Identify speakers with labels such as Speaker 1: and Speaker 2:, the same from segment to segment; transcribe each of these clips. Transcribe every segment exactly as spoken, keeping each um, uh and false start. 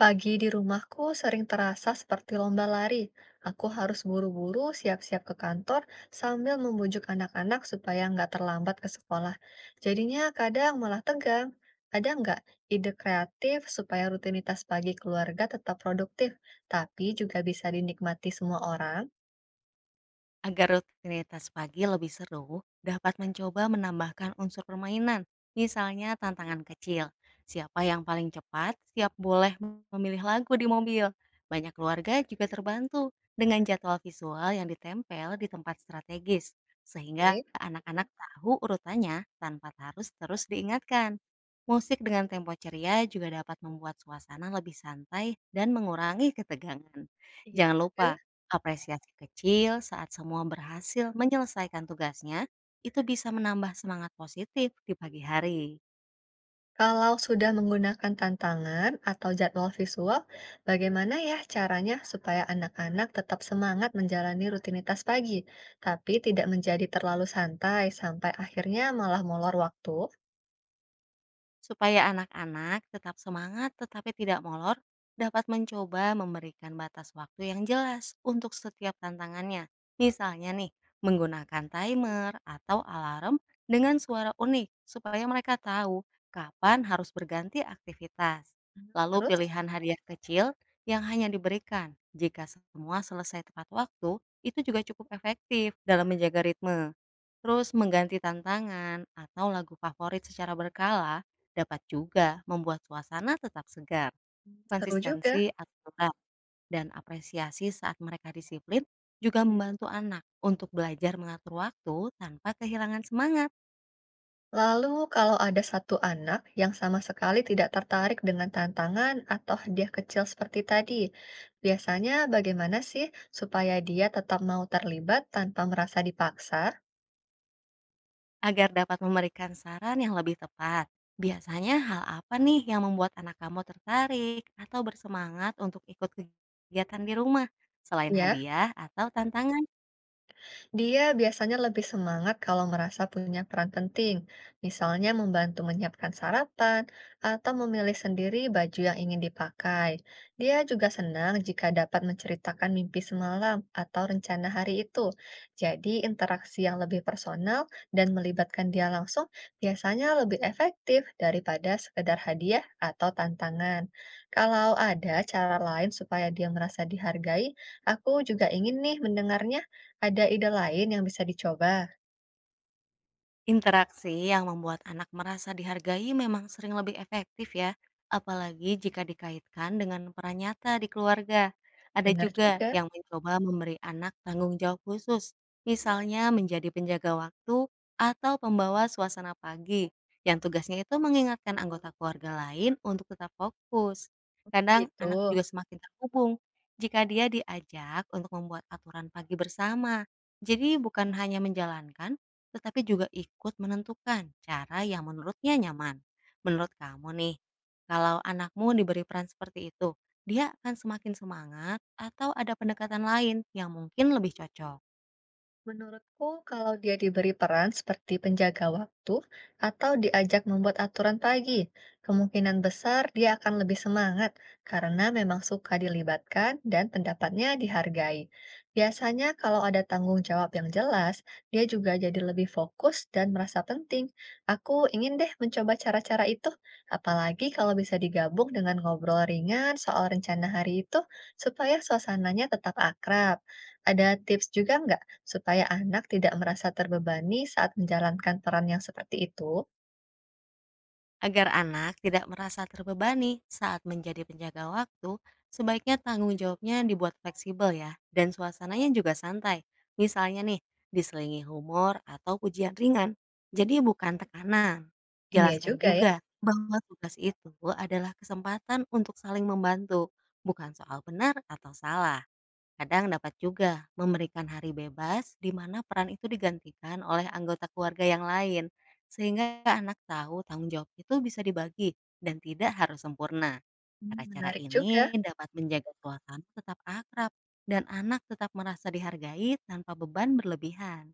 Speaker 1: Pagi di rumahku sering terasa seperti lomba lari. Aku harus buru-buru siap-siap ke kantor sambil membujuk anak-anak supaya nggak terlambat ke sekolah. Jadinya kadang malah tegang. Ada nggak ide kreatif supaya rutinitas pagi keluarga tetap produktif, tapi juga bisa dinikmati semua orang?
Speaker 2: Agar rutinitas pagi lebih seru, dapat mencoba menambahkan unsur permainan, misalnya tantangan kecil. Siapa yang paling cepat, siap boleh memilih lagu di mobil. Banyak keluarga juga terbantu dengan jadwal visual yang ditempel di tempat strategis, sehingga
Speaker 1: Oke.
Speaker 2: anak-anak tahu urutannya tanpa harus terus diingatkan. Musik dengan tempo ceria juga dapat membuat suasana lebih santai dan mengurangi ketegangan.
Speaker 1: Iya.
Speaker 2: Jangan lupa apresiasi kecil saat semua berhasil menyelesaikan tugasnya itu bisa menambah semangat positif di pagi hari.
Speaker 1: Kalau sudah menggunakan tantangan atau jadwal visual, bagaimana ya caranya supaya anak-anak tetap semangat menjalani rutinitas pagi, tapi tidak menjadi terlalu santai sampai akhirnya malah molor waktu?
Speaker 2: Supaya anak-anak tetap semangat tetapi tidak molor, dapat mencoba memberikan batas waktu yang jelas untuk setiap tantangannya. Misalnya nih, menggunakan timer atau alarm dengan suara unik supaya mereka tahu kapan harus berganti aktivitas. Lalu
Speaker 1: Terus,
Speaker 2: pilihan hadiah kecil yang hanya diberikan jika semua selesai tepat waktu itu juga cukup efektif dalam menjaga ritme. Terus mengganti tantangan atau lagu favorit secara berkala dapat juga membuat suasana tetap segar.
Speaker 1: seru juga.
Speaker 2: Konsistensi aturan dan apresiasi saat mereka disiplin juga membantu anak untuk belajar mengatur waktu tanpa kehilangan semangat
Speaker 1: Lalu, kalau ada satu anak yang sama sekali tidak tertarik dengan tantangan atau hadiah kecil seperti tadi, biasanya bagaimana sih supaya dia tetap mau terlibat tanpa merasa dipaksa?
Speaker 2: agar dapat memberikan saran yang lebih tepat. Biasanya hal apa nih yang membuat anak kamu tertarik atau bersemangat untuk ikut kegiatan di rumah selain
Speaker 1: Ya.
Speaker 2: hadiah atau tantangan?
Speaker 1: Dia biasanya lebih semangat kalau merasa punya peran penting, misalnya membantu menyiapkan sarapan atau memilih sendiri baju yang ingin dipakai. Dia juga senang jika dapat menceritakan mimpi semalam atau rencana hari itu. Jadi, interaksi yang lebih personal dan melibatkan dia langsung biasanya lebih efektif daripada sekedar hadiah atau tantangan. Kalau ada cara lain supaya dia merasa dihargai, aku juga ingin nih mendengarnya. Ada ide lain yang bisa dicoba?
Speaker 2: Interaksi yang membuat anak merasa dihargai memang sering lebih efektif ya, apalagi jika dikaitkan dengan peran nyata di keluarga. Ada
Speaker 1: Benar
Speaker 2: juga
Speaker 1: juga,
Speaker 2: yang mencoba memberi anak tanggung jawab khusus, misalnya menjadi penjaga waktu atau pembawa suasana pagi, yang tugasnya itu mengingatkan anggota keluarga lain untuk tetap fokus. Kadang anak
Speaker 1: gitu.
Speaker 2: juga semakin terhubung jika dia diajak untuk membuat aturan pagi bersama. Jadi bukan hanya menjalankan, tetapi juga ikut menentukan cara yang menurutnya nyaman. Menurut kamu nih, kalau anakmu diberi peran seperti itu, dia akan semakin semangat atau ada pendekatan lain yang mungkin lebih cocok?
Speaker 1: Menurutku, kalau dia diberi peran seperti penjaga waktu atau diajak membuat aturan pagi, kemungkinan besar dia akan lebih semangat karena memang suka dilibatkan dan pendapatnya dihargai. Biasanya, kalau ada tanggung jawab yang jelas, dia juga jadi lebih fokus dan merasa penting. Aku ingin deh mencoba cara-cara itu, apalagi kalau bisa digabung dengan ngobrol ringan soal rencana hari itu, supaya suasananya tetap akrab. Ada tips juga nggak supaya anak tidak merasa terbebani saat menjalankan peran yang seperti itu?
Speaker 2: Agar anak tidak merasa terbebani saat menjadi penjaga waktu, sebaiknya tanggung jawabnya dibuat fleksibel ya, dan suasananya juga santai. Misalnya nih, diselingi humor atau pujian ringan, jadi bukan tekanan.
Speaker 1: Iya
Speaker 2: Jelaskan
Speaker 1: juga ya.
Speaker 2: juga bahwa tugas itu adalah kesempatan untuk saling membantu, bukan soal benar atau salah. Kadang dapat juga memberikan hari bebas di mana peran itu digantikan oleh anggota keluarga yang lain, sehingga anak tahu tanggung jawab itu bisa dibagi dan tidak harus sempurna.
Speaker 1: Hmm,
Speaker 2: Cara-cara
Speaker 1: menarik juga.
Speaker 2: ini dapat menjaga suasana tetap akrab dan anak tetap merasa dihargai tanpa beban berlebihan.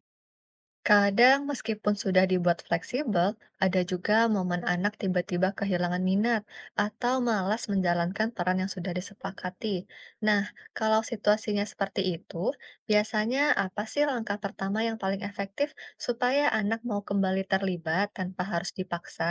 Speaker 1: Kadang meskipun sudah dibuat fleksibel, ada juga momen anak tiba-tiba kehilangan minat atau malas menjalankan peran yang sudah disepakati. Nah, kalau situasinya seperti itu, biasanya apa sih langkah pertama yang paling efektif supaya anak mau kembali terlibat tanpa harus dipaksa?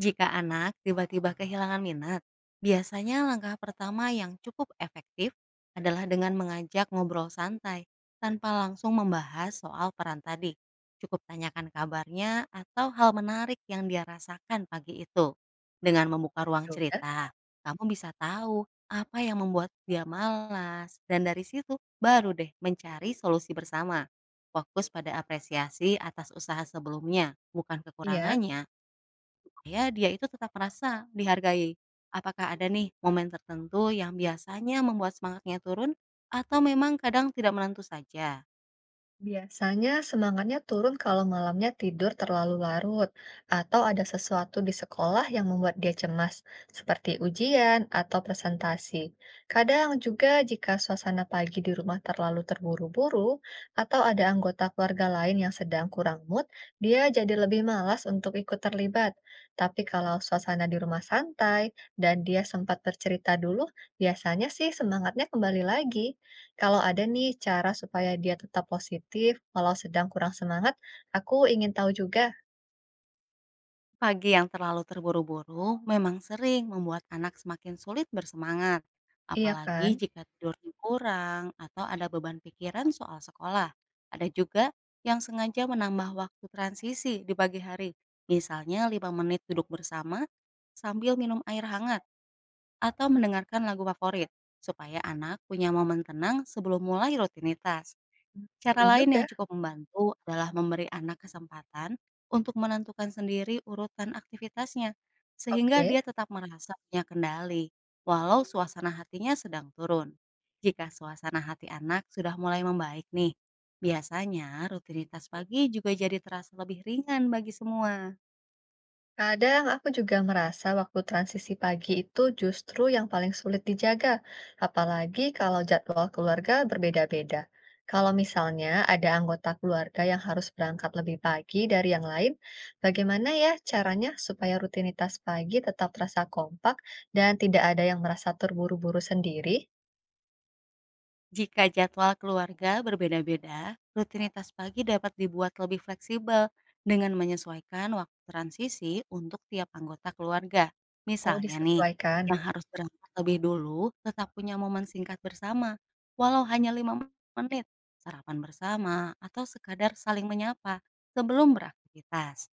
Speaker 2: Jika anak tiba-tiba kehilangan minat, biasanya langkah pertama yang cukup efektif adalah dengan mengajak ngobrol santai tanpa langsung membahas soal peran tadi. Cukup tanyakan kabarnya atau hal menarik yang dia rasakan pagi itu. Dengan membuka ruang
Speaker 1: Juga,
Speaker 2: cerita, kamu bisa tahu apa yang membuat dia malas dan dari situ baru deh mencari solusi bersama. Fokus pada apresiasi atas usaha sebelumnya, bukan
Speaker 1: iya.
Speaker 2: kekurangannya supaya dia itu tetap merasa dihargai. Apakah ada nih momen tertentu yang biasanya membuat semangatnya turun atau memang kadang tidak menentu saja?
Speaker 1: Biasanya semangatnya turun kalau malamnya tidur terlalu larut atau ada sesuatu di sekolah yang membuat dia cemas, seperti ujian atau presentasi. Kadang juga jika suasana pagi di rumah terlalu terburu-buru atau ada anggota keluarga lain yang sedang kurang mood, dia jadi lebih malas untuk ikut terlibat. Tapi kalau suasana di rumah santai dan dia sempat bercerita dulu, biasanya sih semangatnya kembali lagi. Kalau ada nih cara supaya dia tetap positif walau sedang kurang semangat, aku ingin tahu juga.
Speaker 2: Pagi yang terlalu terburu-buru memang sering membuat anak semakin sulit bersemangat,
Speaker 1: Iya
Speaker 2: apalagi
Speaker 1: kan?
Speaker 2: jika tidurnya kurang atau ada beban pikiran soal sekolah. Ada juga yang sengaja menambah waktu transisi di pagi hari, misalnya lima menit duduk bersama sambil minum air hangat atau mendengarkan lagu favorit, supaya anak punya momen tenang sebelum mulai rutinitas. Cara
Speaker 1: Seru
Speaker 2: lain yang
Speaker 1: juga.
Speaker 2: cukup membantu adalah memberi anak kesempatan untuk menentukan sendiri urutan aktivitasnya, sehingga
Speaker 1: Oke.
Speaker 2: dia tetap merasa punya kendali, walau suasana hatinya sedang turun. Jika suasana hati anak sudah mulai membaik nih, biasanya rutinitas pagi juga jadi terasa lebih ringan bagi semua.
Speaker 1: Kadang aku juga merasa waktu transisi pagi itu justru yang paling sulit dijaga, apalagi kalau jadwal keluarga berbeda-beda. Kalau misalnya ada anggota keluarga yang harus berangkat lebih pagi dari yang lain, bagaimana ya caranya supaya rutinitas pagi tetap terasa kompak dan tidak ada yang merasa terburu-buru sendiri?
Speaker 2: Jika jadwal keluarga berbeda-beda, rutinitas pagi dapat dibuat lebih fleksibel dengan menyesuaikan waktu transisi untuk tiap anggota keluarga.
Speaker 1: Oh,
Speaker 2: Misalnya nih,
Speaker 1: disesuaikan.
Speaker 2: yang harus berangkat lebih dulu tetap punya momen singkat bersama, walau hanya lima menit, sarapan bersama, atau sekadar saling menyapa sebelum beraktivitas.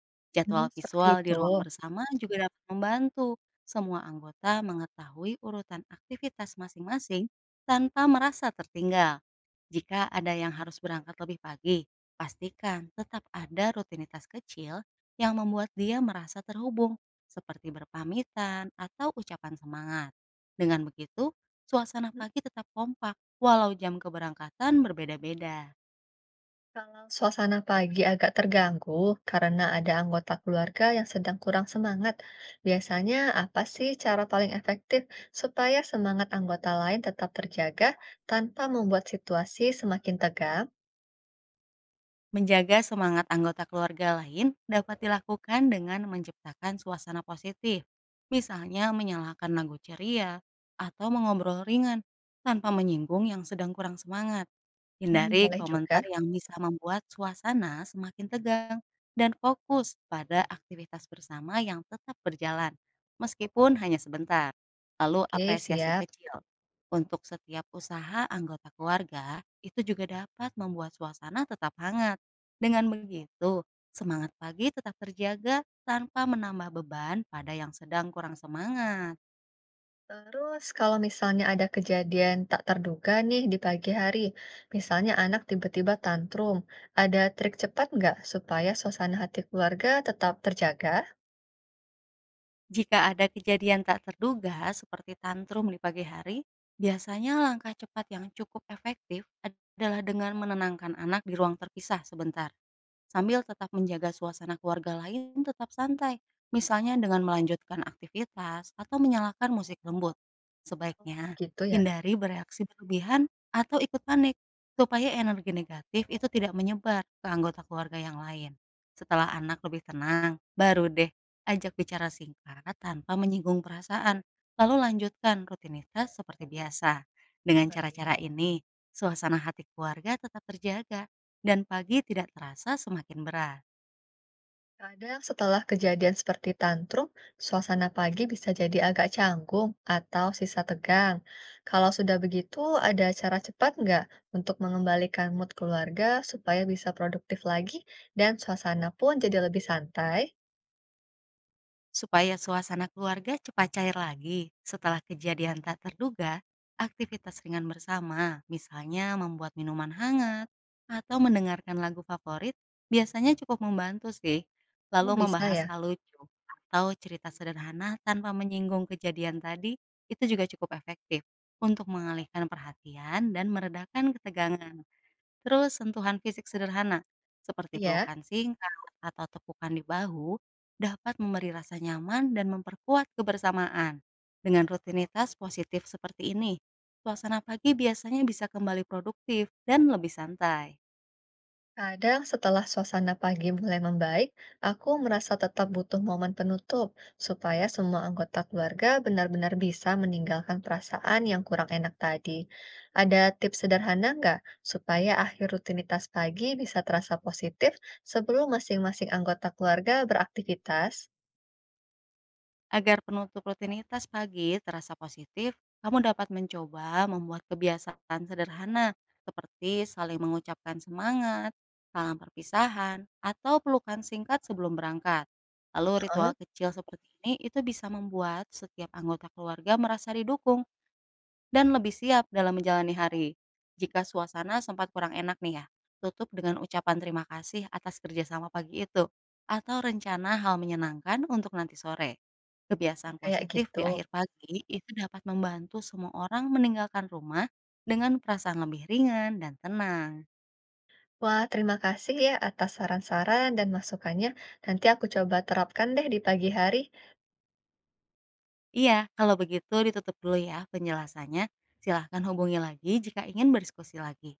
Speaker 1: Hmm,
Speaker 2: Jadwal
Speaker 1: seperti
Speaker 2: visual di
Speaker 1: itu.
Speaker 2: ruang bersama juga dapat membantu semua anggota mengetahui urutan aktivitas masing-masing tanpa merasa tertinggal. Jika ada yang harus berangkat lebih pagi, pastikan tetap ada rutinitas kecil yang membuat dia merasa terhubung, seperti berpamitan atau ucapan semangat. Dengan begitu, suasana
Speaker 1: Hmm,
Speaker 2: pagi tetap kompak walau jam keberangkatan berbeda-beda.
Speaker 1: kalau suasana pagi agak terganggu karena ada anggota keluarga yang sedang kurang semangat, biasanya apa sih cara paling efektif supaya semangat anggota lain tetap terjaga tanpa membuat situasi semakin tegang?
Speaker 2: Menjaga semangat anggota keluarga lain dapat dilakukan dengan menciptakan suasana positif, misalnya menyalakan lagu ceria atau mengobrol ringan tanpa menyinggung yang sedang kurang semangat.
Speaker 1: Hmm,
Speaker 2: Hindari
Speaker 1: boleh juga.
Speaker 2: komentar yang bisa membuat suasana semakin tegang dan fokus pada aktivitas bersama yang tetap berjalan, meskipun hanya sebentar. Lalu
Speaker 1: Oke,
Speaker 2: apresiasi
Speaker 1: siap.
Speaker 2: kecil untuk setiap usaha anggota keluarga itu juga dapat membuat suasana tetap hangat. Dengan begitu, semangat pagi tetap terjaga tanpa menambah beban pada yang sedang kurang semangat.
Speaker 1: Terus kalau misalnya ada kejadian tak terduga nih di pagi hari, misalnya anak tiba-tiba tantrum, ada trik cepat nggak supaya suasana hati keluarga tetap terjaga?
Speaker 2: Jika ada kejadian tak terduga seperti tantrum di pagi hari, biasanya langkah cepat yang cukup efektif adalah dengan menenangkan anak di ruang terpisah sebentar, sambil tetap menjaga suasana keluarga lain tetap santai, misalnya dengan melanjutkan aktivitas atau menyalakan musik lembut. Sebaiknya
Speaker 1: Gitu ya.
Speaker 2: hindari bereaksi berlebihan atau ikut panik, supaya energi negatif itu tidak menyebar ke anggota keluarga yang lain. Setelah anak lebih tenang, baru deh ajak bicara singkat tanpa menyinggung perasaan, lalu lanjutkan rutinitas seperti biasa. Dengan
Speaker 1: Baik.
Speaker 2: cara-cara ini, suasana hati keluarga tetap terjaga dan pagi tidak terasa semakin berat.
Speaker 1: Kadang setelah kejadian seperti tantrum, suasana pagi bisa jadi agak canggung atau sisa tegang. Kalau sudah begitu, ada cara cepat nggak untuk mengembalikan mood keluarga supaya bisa produktif lagi dan suasana pun jadi lebih santai?
Speaker 2: Supaya suasana keluarga cepat cair lagi setelah kejadian tak terduga, aktivitas ringan bersama, misalnya membuat minuman hangat atau mendengarkan lagu favorit, biasanya cukup membantu sih.
Speaker 1: Hmm,
Speaker 2: Lalu
Speaker 1: bisa ya?
Speaker 2: membahas hal lucu atau cerita sederhana tanpa menyinggung kejadian tadi, itu juga cukup efektif untuk mengalihkan perhatian dan meredakan ketegangan. Terus sentuhan fisik sederhana, seperti
Speaker 1: Iya.
Speaker 2: pelukan singkat atau tepukan di bahu, dapat memberi rasa nyaman dan memperkuat kebersamaan. Dengan rutinitas positif seperti ini, suasana pagi biasanya bisa kembali produktif dan lebih santai.
Speaker 1: Kadang setelah suasana pagi mulai membaik, aku merasa tetap butuh momen penutup supaya semua anggota keluarga benar-benar bisa meninggalkan perasaan yang kurang enak tadi. Ada tips sederhana nggak supaya akhir rutinitas pagi bisa terasa positif sebelum masing-masing anggota keluarga beraktivitas?
Speaker 2: Agar penutup rutinitas pagi terasa positif, kamu dapat mencoba membuat kebiasaan sederhana seperti saling mengucapkan semangat, salam perpisahan, atau pelukan singkat sebelum berangkat. Lalu
Speaker 1: Heeh,
Speaker 2: ritual kecil seperti ini itu bisa membuat setiap anggota keluarga merasa didukung dan lebih siap dalam menjalani hari. Jika suasana sempat kurang enak nih ya, tutup dengan ucapan terima kasih atas kerjasama pagi itu, atau rencana hal menyenangkan untuk nanti sore. Kebiasaan
Speaker 1: kayak
Speaker 2: positif di
Speaker 1: gitu.
Speaker 2: akhir pagi itu dapat membantu semua orang meninggalkan rumah dengan perasaan lebih ringan dan tenang.
Speaker 1: Wah, terima kasih ya atas saran-saran dan masukannya. Nanti aku coba terapkan deh di pagi hari.
Speaker 2: Iya, kalau begitu ditutup dulu ya penjelasannya. Silahkan hubungi lagi jika ingin berdiskusi lagi.